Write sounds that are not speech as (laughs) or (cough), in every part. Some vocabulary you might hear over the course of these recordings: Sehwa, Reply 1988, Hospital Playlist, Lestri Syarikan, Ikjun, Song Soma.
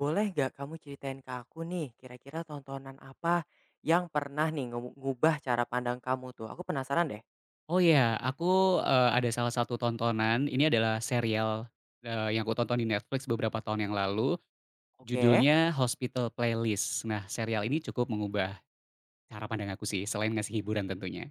Boleh nggak kamu ceritain ke aku nih, kira-kira tontonan apa yang pernah nih ngubah cara pandang kamu tuh? Aku penasaran deh. Oh ya, aku, ada salah satu tontonan, ini adalah serial, yang aku tonton di Netflix beberapa tahun yang lalu, Oke. judulnya Hospital Playlist. Nah, serial ini cukup mengubah cara pandang aku sih, selain ngasih hiburan tentunya.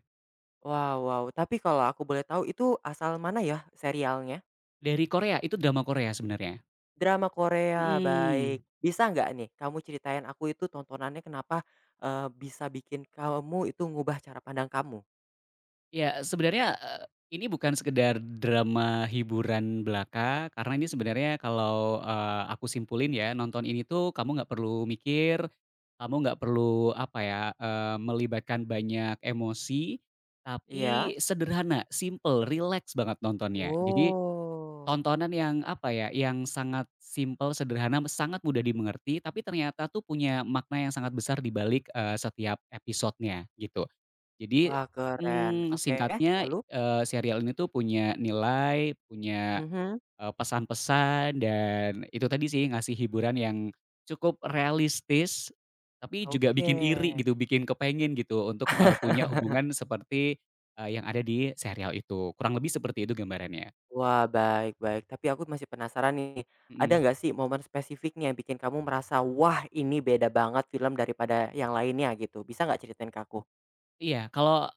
Wow, wow. Tapi kalau aku boleh tahu itu asal mana ya serialnya? Dari Korea, itu drama Korea sebenarnya. Drama Korea, baik. Mhm. Bisa nggak nih kamu ceritain aku itu tontonannya kenapa eh, bisa bikin kamu itu ngubah cara pandang kamu? Ya, sebenarnya, ini bukan sekedar drama hiburan belaka, karena ini sebenarnya kalau, aku simpulin ya, nonton ini tuh kamu nggak perlu mikir, kamu nggak perlu apa ya, melibatkan banyak emosi, Iya. tapi sederhana, simple, relax banget nontonnya. Jadi Oh. tontonan yang apa ya, yang sangat simple, sederhana, sangat mudah dimengerti, tapi ternyata tuh punya makna yang sangat besar di balik, setiap episodenya, gitu. Jadi, Wah, keren. Oke, singkatnya, lalu? Serial ini tuh punya nilai, punya, Mhm. Pesan-pesan dan itu tadi sih ngasih hiburan yang cukup realistis, tapi juga Oke. bikin iri gitu, bikin kepengen gitu untuk, punya (laughs) hubungan seperti, yang ada di serial itu, kurang lebih seperti itu gambarannya, Wah, baik, baik. Tapi aku masih penasaran nih, ada mhm. nggak sih momen spesifiknya yang bikin kamu merasa, "Wah, ini beda banget film daripada yang lainnya," gitu? Bisa nggak ceritain ke aku? Iya, kalau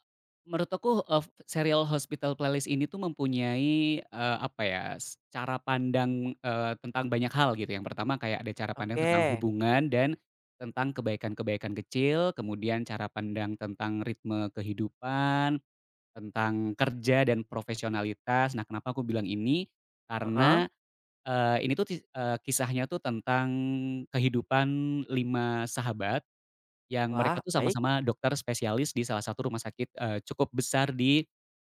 menurut aku, serial Hospital Playlist ini tuh mempunyai, apa ya, cara pandang, tentang banyak hal gitu. Yang pertama kayak ada cara pandang tentang Oke, hubungan dan tentang kebaikan-kebaikan kecil, kemudian cara pandang tentang ritme kehidupan, tentang kerja dan profesionalitas. Nah, kenapa aku bilang ini, heeh. karena, ini tuh kisahnya tuh tentang kehidupan 5 sahabat yang mereka Wah, tuh baik. sama-sama dokter spesialis di salah satu rumah sakit, cukup besar di,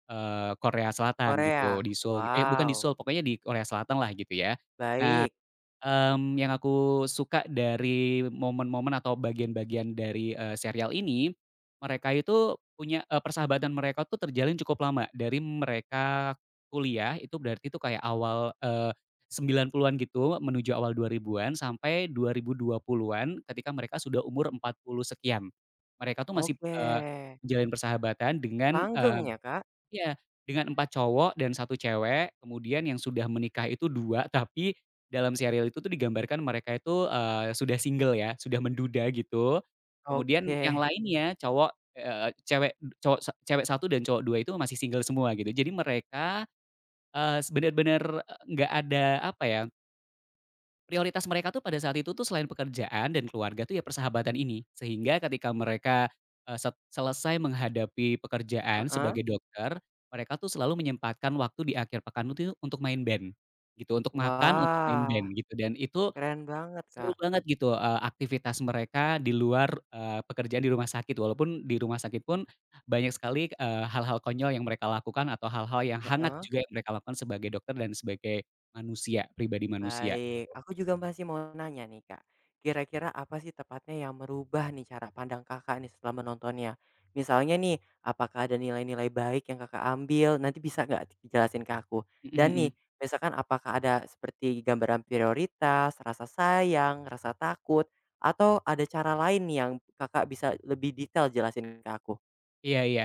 Korea Selatan gitu, Korea? di Seoul, eh bukan di Seoul, Wow, pokoknya di Korea Selatan lah gitu ya. Nah. baik. Yang aku suka dari momen-momen atau bagian-bagian dari, serial ini, mereka itu punya, persahabatan mereka tuh terjalin cukup lama. Dari mereka kuliah itu berarti itu kayak awal, eh, sembilan puluhan an gitu menuju awal 2000-an sampai 2020-an ketika mereka sudah umur 40 sekian. Mereka tuh masih, Oke. Menjalin persahabatan dengan, Langgeng ya, Kak? iya, dengan 4 cowok dan satu cewek, kemudian yang sudah menikah itu 2, (laughs) tapi dalam serial itu tuh digambarkan mereka itu, sudah single ya, sudah menduda gitu. Kemudian Oke, yang lainnya cowok, cewek cowok cewek satu dan cowok 2 itu masih single semua gitu. Jadi mereka, eee, s bener-bener, nggak ada apa ya. Prioritas mereka tuh pada saat itu tuh selain pekerjaan dan keluarga tuh ya persahabatan ini. Sehingga ketika mereka, eee, set selesai menghadapi pekerjaan heeh. sebagai dokter, mereka tuh selalu menyempatkan waktu di akhir pekan itu untuk main band, gitu. Untuk makan, untuk main Wah, band gitu dan itu keren banget, seru Kak. banget gitu, aktivitas mereka di luar, pekerjaan di rumah sakit. Walaupun di rumah sakit pun banyak sekali, hal-hal konyol yang mereka lakukan atau hal-hal yang hangat Heeh. juga yang mereka lakukan sebagai dokter dan sebagai manusia, pribadi manusia. Baik, aku juga masih mau nanya nih, Kak, kira-kira apa sih tepatnya yang merubah nih cara pandang Kakak nih setelah menontonnya? Misalnya nih, apakah ada nilai-nilai baik yang Kakak ambil? Nanti bisa nggak dijelasin ke aku? Mhm Dan nih, mhm. misalkan apakah ada seperti gambaran prioritas, rasa sayang, rasa takut, atau ada cara lain yang Kakak bisa lebih detail jelasin ke aku? Iya iya.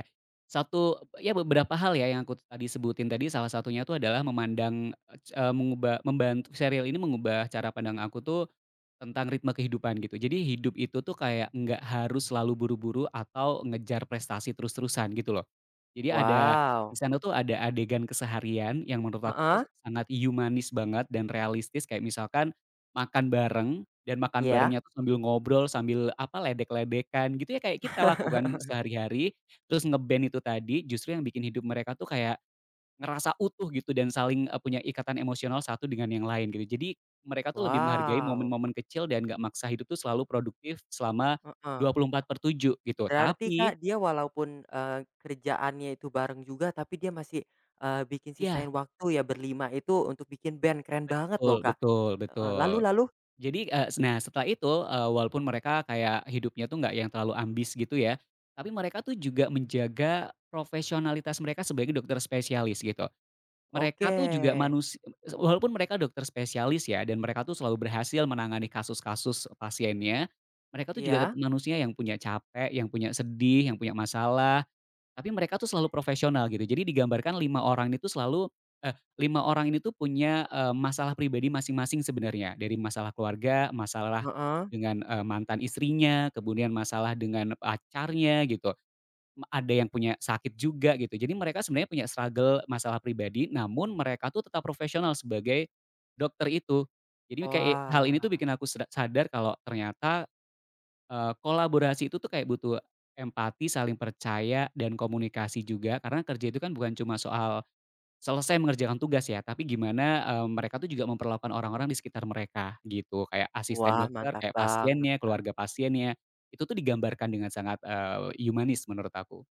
Satu ya beberapa hal ya yang aku tadi sebutin tadi salah satunya tuh adalah memandang, eee, mengubah membantu serial ini mengubah cara pandang aku tuh tentang ritme kehidupan gitu. Jadi hidup itu tuh kayak nggak harus selalu buru-buru atau ngejar prestasi terus-terusan gitu loh. Jadi ada di Wow, sana tuh ada adegan keseharian yang menurut aku tuh heeh, sangat humanis banget dan realistis kayak misalkan makan bareng dan makan iya? barengnya tuh sambil ngobrol, sambil apa, ledek-ledekan gitu ya kayak kita lakukan (laughs) sehari-hari, terus nge itu tadi justru yang bikin hidup mereka tuh kayak ngerasa utuh gitu dan saling, punya ikatan emosional satu dengan yang lain gitu. Jadi mereka tuh lebih menghargai Wow, momen-momen kecil dan nggak maksa hidup tuh selalu produktif selama heeh. 24/7 gitu. Berarti Tapi Kak, dia walaupun, kerjaannya itu bareng juga, tapi dia masih, bikin sisain ya, waktu ya berlima itu untuk bikin band, keren banget loh, betul Kak. betul Heeh, betul. lalu, lalu? Jadi, eee, s nah setelah itu, walaupun mereka kayak hidupnya tuh nggak yang terlalu ambis gitu ya, tapi mereka tuh juga menjaga profesionalitas mereka sebagai dokter spesialis gitu. Oke. Mereka tuh juga manusia, walaupun mereka dokter spesialis ya dan mereka tuh selalu berhasil menangani kasus-kasus pasiennya, mereka tuh juga Iya? tetap manusia yang punya capek, yang punya sedih, yang punya masalah, tapi mereka tuh selalu profesional gitu. Jadi digambarkan 5 orang itu selalu eh, 5 orang ini tuh punya, masalah pribadi masing-masing sebenarnya. Dari masalah keluarga, masalah Heeh. dengan, mantan istrinya, kemudian masalah dengan pacarnya gitu ada yang punya sakit juga gitu. Jadi mereka sebenarnya punya struggle masalah pribadi, namun mereka tuh tetap profesional sebagai dokter itu. Jadi kayak hal ini tuh Wah. bikin aku sadar kalau ternyata, kolaborasi itu tuh kayak butuh empati, saling percaya, dan komunikasi juga. Karena kerja itu kan bukan cuma soal selesai mengerjakan tugas ya, tapi gimana, mereka tuh juga memperlakukan orang-orang di sekitar mereka gitu. Kayak asisten Wah, dokter, mantap kayak banget, pasiennya, Kak. keluarga pasiennya, itu tuh digambarkan dengan sangat, humanis menurut aku.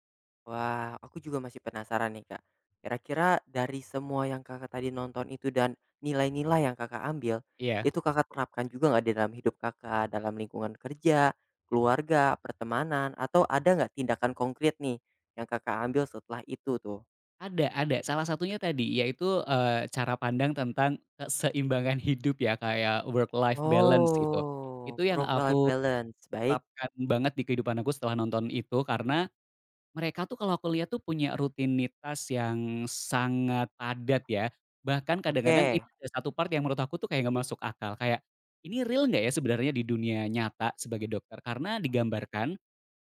Wah, aku juga masih penasaran nih, Kak. Kira-kira dari semua yang Kakak tadi nonton itu dan nilai-nilai yang Kakak ambil, Iya. itu Kakak terapkan juga nggak di dalam hidup Kakak, dalam lingkungan kerja, keluarga, pertemanan, atau ada nggak tindakan konkret nih yang Kakak ambil setelah itu tuh? Ada, salah satunya tadi yaitu, cara pandang tentang keseimbangan hidup ya, kayak work life balance gitu. Oh, Itu yang work life aku balance, baik, terapkan banget di kehidupan aku setelah nonton itu, karena mereka tuh kalau aku lihat tuh punya rutinitas yang sangat padat ya, bahkan kadang-kadang ini oke. ada satu part yang menurut aku tuh kayak nggak masuk akal, kayak, "Ini real nggak ya sebenarnya di dunia nyata sebagai dokter?" Karena digambarkan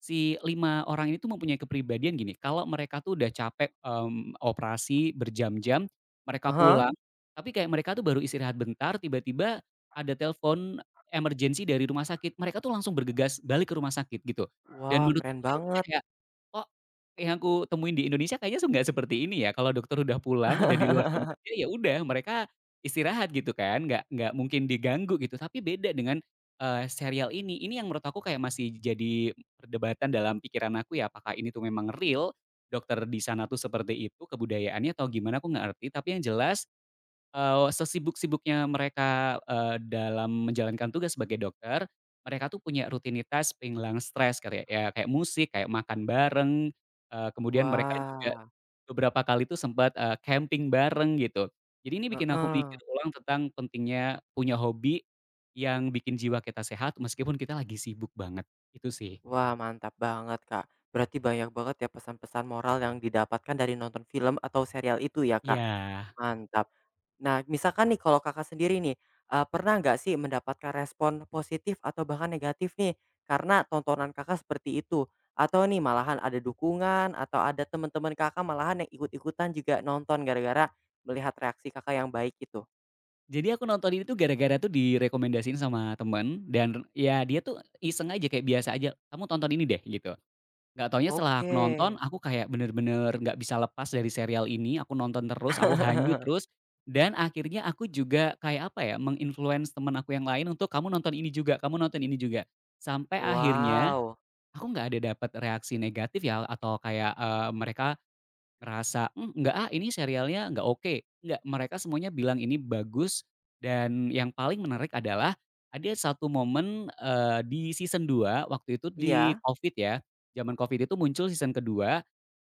si 5 orang ini tuh mempunyai kepribadian gini, kalau mereka tuh udah capek, operasi berjam-jam, mereka Ah. pulang, mhm, tapi kayak mereka tuh baru istirahat bentar, tiba-tiba ada telepon emergency dari rumah sakit, mereka tuh langsung bergegas balik ke rumah sakit gitu. Dan Wah, menurut keren aku tuh ini banget. kayak kok yang aku temuin di Indonesia kayaknya nggak seperti ini ya, kalau dokter udah pulang, udah di luar jam kerja, (laughs) ya udah mereka istirahat gitu kan, nggak mungkin diganggu gitu. Tapi beda dengan, serial ini. Ini yang menurut aku kayak masih jadi perdebatan dalam pikiran aku ya, apakah ini tuh memang real dokter di sana tuh seperti itu kebudayaannya atau gimana aku nggak ngerti, tapi yang jelas sesibuk-sibuknya mereka, dalam menjalankan tugas sebagai dokter, mereka tuh punya rutinitas penghilang stres kayak ya, ya kayak musik, kayak makan bareng, kemudian mereka juga Wah, beberapa kali tuh sempat, camping bareng gitu. Jadi ini bikin aku heeh. mikir ulang tentang pentingnya punya hobi yang bikin jiwa kita sehat meskipun kita lagi sibuk banget, itu sih. Wah, mantap banget, Kak. Berarti banyak banget ya pesan-pesan moral yang didapatkan dari nonton film atau serial itu ya, Kak? Ya, Mantap. Nah, misalkan nih kalau Kakak sendiri nih, pernah nggak sih mendapatkan respon positif atau bahkan negatif nih karena tontonan Kakak seperti itu? Atau nih malahan ada dukungan atau ada teman-teman Kakak malahan yang ikut-ikutan juga nonton gara-gara melihat reaksi Kakak yang baik itu? jadi aku nonton ini tuh gara-gara tuh direkomendasiin sama temen dan ya dia tuh iseng aja kayak biasa aja, "Kamu tonton ini deh," gitu. Nggak taunya setelah aku Oke. nonton, aku kayak bener-bener nggak bisa lepas dari serial ini, aku nonton terus, aku hanyut (laughs) terus, dan akhirnya aku juga kayak apa ya, meng-influence temen aku yang lain untuk, "Kamu nonton ini juga kamu nonton ini juga." Sampai akhirnya, Wow, aku nggak ada dapat reaksi negatif ya, atau kayak, mereka ngerasa, "Mmm, enggak ah, ini serialnya nggak oke." Nggak, mereka semuanya bilang ini bagus dan yang paling menarik adalah ada satu momen, di season 2 waktu itu di iya? Covid ya, zaman Covid itu muncul season kedua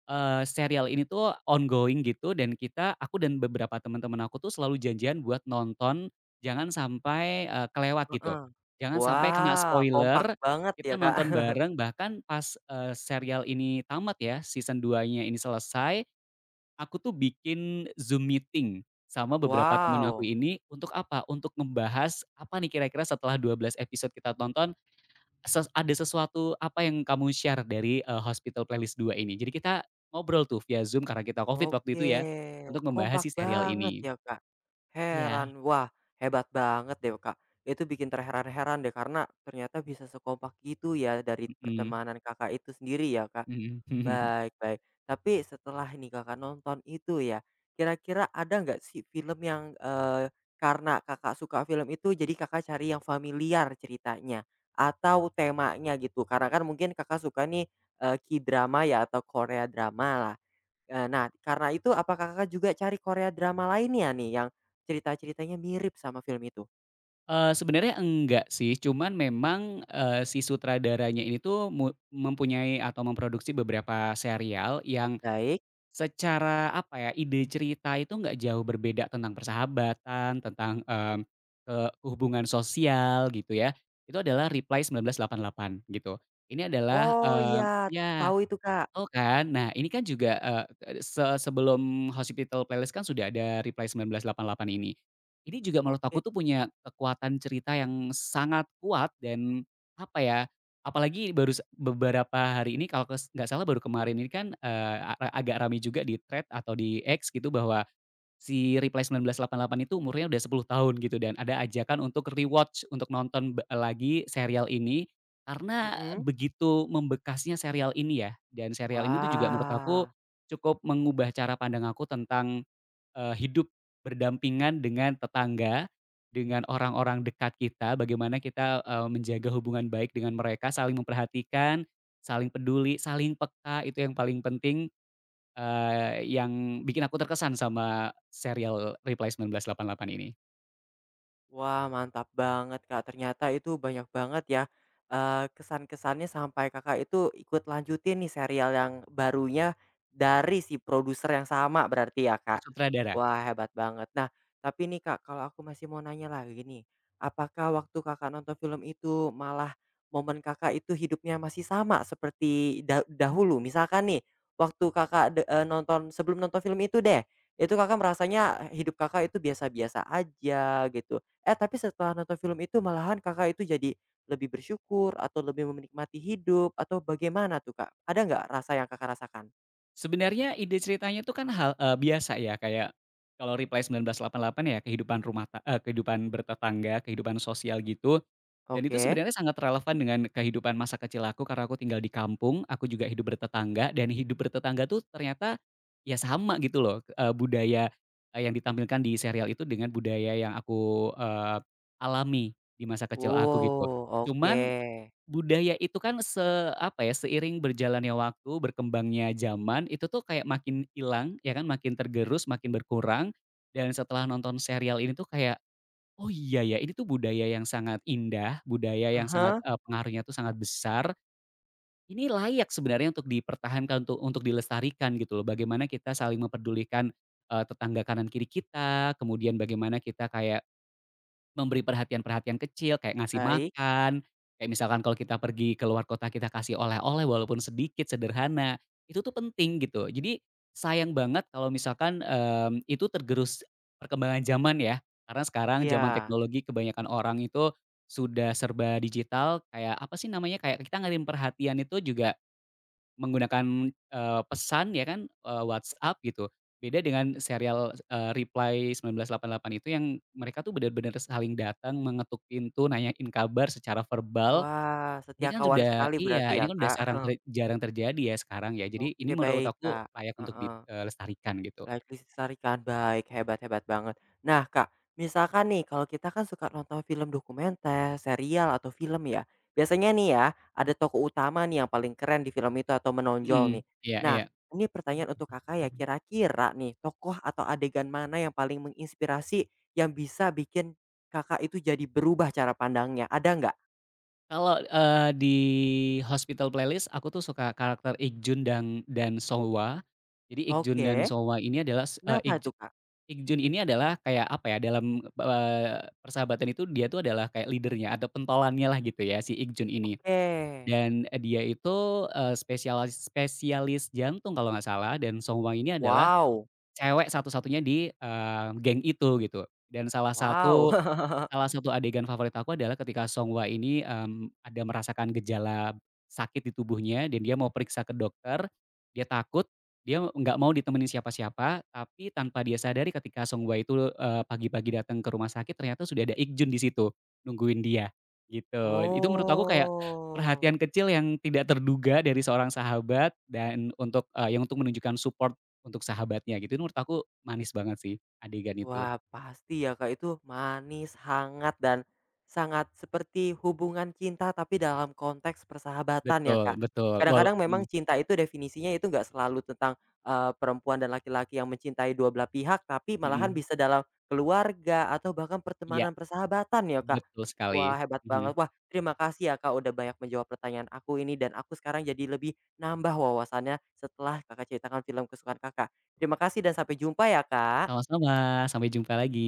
2 serial ini tuh ongoing gitu dan aku dan beberapa teman-teman aku tuh selalu janjian buat nonton, jangan sampai, kelewat gitu. Heeh. Jangan sampai kena Wah, kompak spoiler, banget kita ya, Kak. nonton (laughs) bareng bahkan pas, serial ini tamat ya, season duanya ini selesai. Aku tuh bikin Zoom meeting sama beberapa temen aku Wow, ini, untuk apa? Untuk ngebahas, apa nih kira-kira setelah 12 episode kita tonton, ada sesuatu apa yang kamu share dari, Hospital Playlist 2 ini. Jadi kita ngobrol tuh via Zoom karena kita Covid waktu itu oke. ya, untuk membahas Kompak si serial banget ini. ya, Kak. Iya, Heran. Wah, hebat banget deh, Kak. Itu bikin terheran-heran deh karena ternyata bisa sekompak itu ya dari mhm, pertemanan Kakak itu sendiri ya, Kak. mhm. Baik, baik. Tapi setelah ini Kakak nonton itu ya, kira-kira ada nggak sih film yang, karena Kakak suka film itu jadi Kakak cari yang familiar ceritanya atau temanya gitu? Karena kan mungkin Kakak suka nih, K-drama ya atau Korea drama lah. Nah, karena itu apakah Kakak juga cari Korea drama lainnya nih yang cerita-ceritanya mirip sama film itu? (laughs) Sebenarnya enggak sih, cuman memang, si sutradaranya ini tuh mempunyai atau memproduksi beberapa serial yang Baik. secara apa ya, ide cerita itu nggak jauh berbeda tentang persahabatan, tentang, hubungan sosial gitu ya, itu adalah Reply 1988 gitu. Ini adalah, oke. Oh iya, aku ya. tahu itu, Kak. Oh kan? Nah ini kan juga, eee, se sebelum Hospital Playlist kan sudah ada Reply 1988 ini. Ini juga menurut aku Oke. tuh punya kekuatan cerita yang sangat kuat dan apa ya, apalagi baru beberapa hari ini kalau nggak salah baru kemarin ini kan, eee, a agak ramai juga di thread atau di X gitu bahwa si Reply 1988 itu umurnya udah 10 tahun gitu dan ada ajakan untuk rewatch, untuk nonton lagi serial ini, karena Mhm. begitu membekasnya serial ini ya, dan serial ini tuh juga menurut aku Wah. cukup mengubah cara pandang aku tentang, hidup berdampingan dengan tetangga, dengan orang-orang dekat kita, bagaimana kita, menjaga hubungan baik dengan mereka, saling memperhatikan, saling peduli, saling peka, itu yang paling penting. Yang bikin aku terkesan sama serial Reply 1988 ini, Wah, mantap banget, Kak. Ternyata itu banyak banget ya, kesan-kesannya sampai Kakak itu ikut lanjutin nih serial yang barunya dari si produser yang sama berarti ya, eh, Kak? sutradara. Wah, hebat banget. Nah, tapi nih, Kak, kalau aku masih mau nanya lagi nih, apakah waktu Kakak nonton film itu malah momen Kakak itu hidupnya masih sama seperti dahulu? Misalkan nih, waktu Kakak nonton sebelum nonton film itu deh, itu Kakak merasanya hidup Kakak itu biasa-biasa aja gitu. Eh, tapi setelah nonton film itu malahan Kakak itu jadi lebih bersyukur atau lebih menikmati hidup atau bagaimana tuh, Kak? Ada nggak rasa yang Kakak rasakan? Sebenarnya ide ceritanya itu kan hal biasa ya kayak kalau Reply 1988 ya kehidupan kehidupan bertetangga, kehidupan sosial gitu. Dan itu Oke. sebenarnya sangat relevan dengan kehidupan masa kecil aku karena aku tinggal di kampung, aku juga hidup bertetangga dan hidup bertetangga tuh ternyata ya sama gitu loh, budaya, yang ditampilkan di serial itu dengan budaya yang aku, alami di masa kecil aku gitu. Wow, oke. Cuman budaya itu kan apa ya, seiring berjalannya waktu, berkembangnya zaman, itu tuh kayak makin hilang ya kan, makin tergerus, makin berkurang dan setelah nonton serial ini tuh kayak oh iya ya, ini tuh budaya yang sangat indah, budaya Ah yang sangat, hah, pengaruhnya tuh sangat besar. Ini layak sebenarnya untuk dipertahankan, untuk dilestarikan gitu loh. Bagaimana kita saling memperdulikan, tetangga kanan kiri kita, kemudian bagaimana kita kayak memberi perhatian-perhatian kecil kayak ngasih baik. makan, kayak misalkan kalau kita pergi ke luar kota kita kasih oleh-oleh walaupun sedikit, sederhana, itu tuh penting gitu. Jadi sayang banget kalau misalkan, itu tergerus perkembangan zaman ya, karena sekarang zaman Iya. teknologi kebanyakan orang itu sudah serba digital, kayak apa sih namanya, kayak kita ngirim perhatian itu juga menggunakan, pesan ya kan, WhatsApp gitu. Beda dengan serial, Reply 1988 itu yang mereka tuh benar-benar saling datang, mengetuk pintu, nanyain kabar secara verbal. Wah, Ini setia kan kawan sudah sekali berarti iya, ini ya, kan udah Kak? sarang (laughs) ter jarang terjadi ya sekarang ya. Jadi Oke, ini menurut baik, aku Kak. layak untuk Heeh. dilestarikan gitu. Lestri Syarikan, baik, hebat, hebat banget. Nah, Kak, misalkan nih kalau kita kan suka nonton film dokumenter, serial, atau film ya. Biasanya nih ya, ada tokoh utama nih yang paling keren di film itu atau menonjol Mhm, nih. iya iya. Nah, ini pertanyaan untuk Kakak ya, kira-kira nih tokoh atau adegan mana yang paling menginspirasi, yang bisa bikin Kakak itu jadi berubah cara pandangnya, ada nggak? Kalau, di Hospital Playlist aku tuh suka karakter Ikjun dan Sehwa. Jadi Ikjun Oke, dan Sehwa ini adalah. kenapa tuh, Kak? Iqjun ini adalah kayak apa ya, dalam, persahabatan itu dia tuh adalah kayak leader-nya atau pentolannya lah gitu ya si Iqjun ini. Oke, Dan, dia itu, eee, spesialis spesialis jantung kalau nggak salah dan Song Soma ini adalah wow, cewek satu-satunya di, geng itu gitu. Dan wow. salah (laughs) satu adegan favorit aku adalah ketika Songwa ini, mmm, ada merasakan gejala sakit di tubuhnya dan dia mau periksa ke dokter, dia takut, dia nggak mau ditemenin siapa-siapa, tapi tanpa dia sadari ketika Songwa itu, pagi-pagi datang ke rumah sakit ternyata sudah ada Ikjun di situ, nungguin dia, gitu. Itu menurut aku kayak Oh. perhatian kecil yang tidak terduga dari seorang sahabat dan yang untuk menunjukkan support untuk sahabatnya gitu, itu menurut aku manis banget sih adegan itu. Wah, pasti ya, Kak, itu manis, hangat, dan sangat seperti hubungan cinta tapi dalam konteks persahabatan ya, Betul Kak. betul, Kadang-kadang mhm. memang cinta itu definisinya itu nggak selalu tentang, perempuan dan laki-laki yang mencintai dua belah pihak, tapi malahan Mhm, bisa dalam keluarga atau bahkan iya, pertemanan, persahabatan ya, Kak. betul sekali, Wah, hebat mhm, banget. Wah, terima kasih ya, Kak, udah banyak menjawab pertanyaan aku ini dan aku sekarang jadi lebih nambah wawasannya setelah Kakak ceritakan film kesukaan Kakak. Terima kasih dan sampai jumpa ya, Kak. sama-sama, sampai jumpa lagi.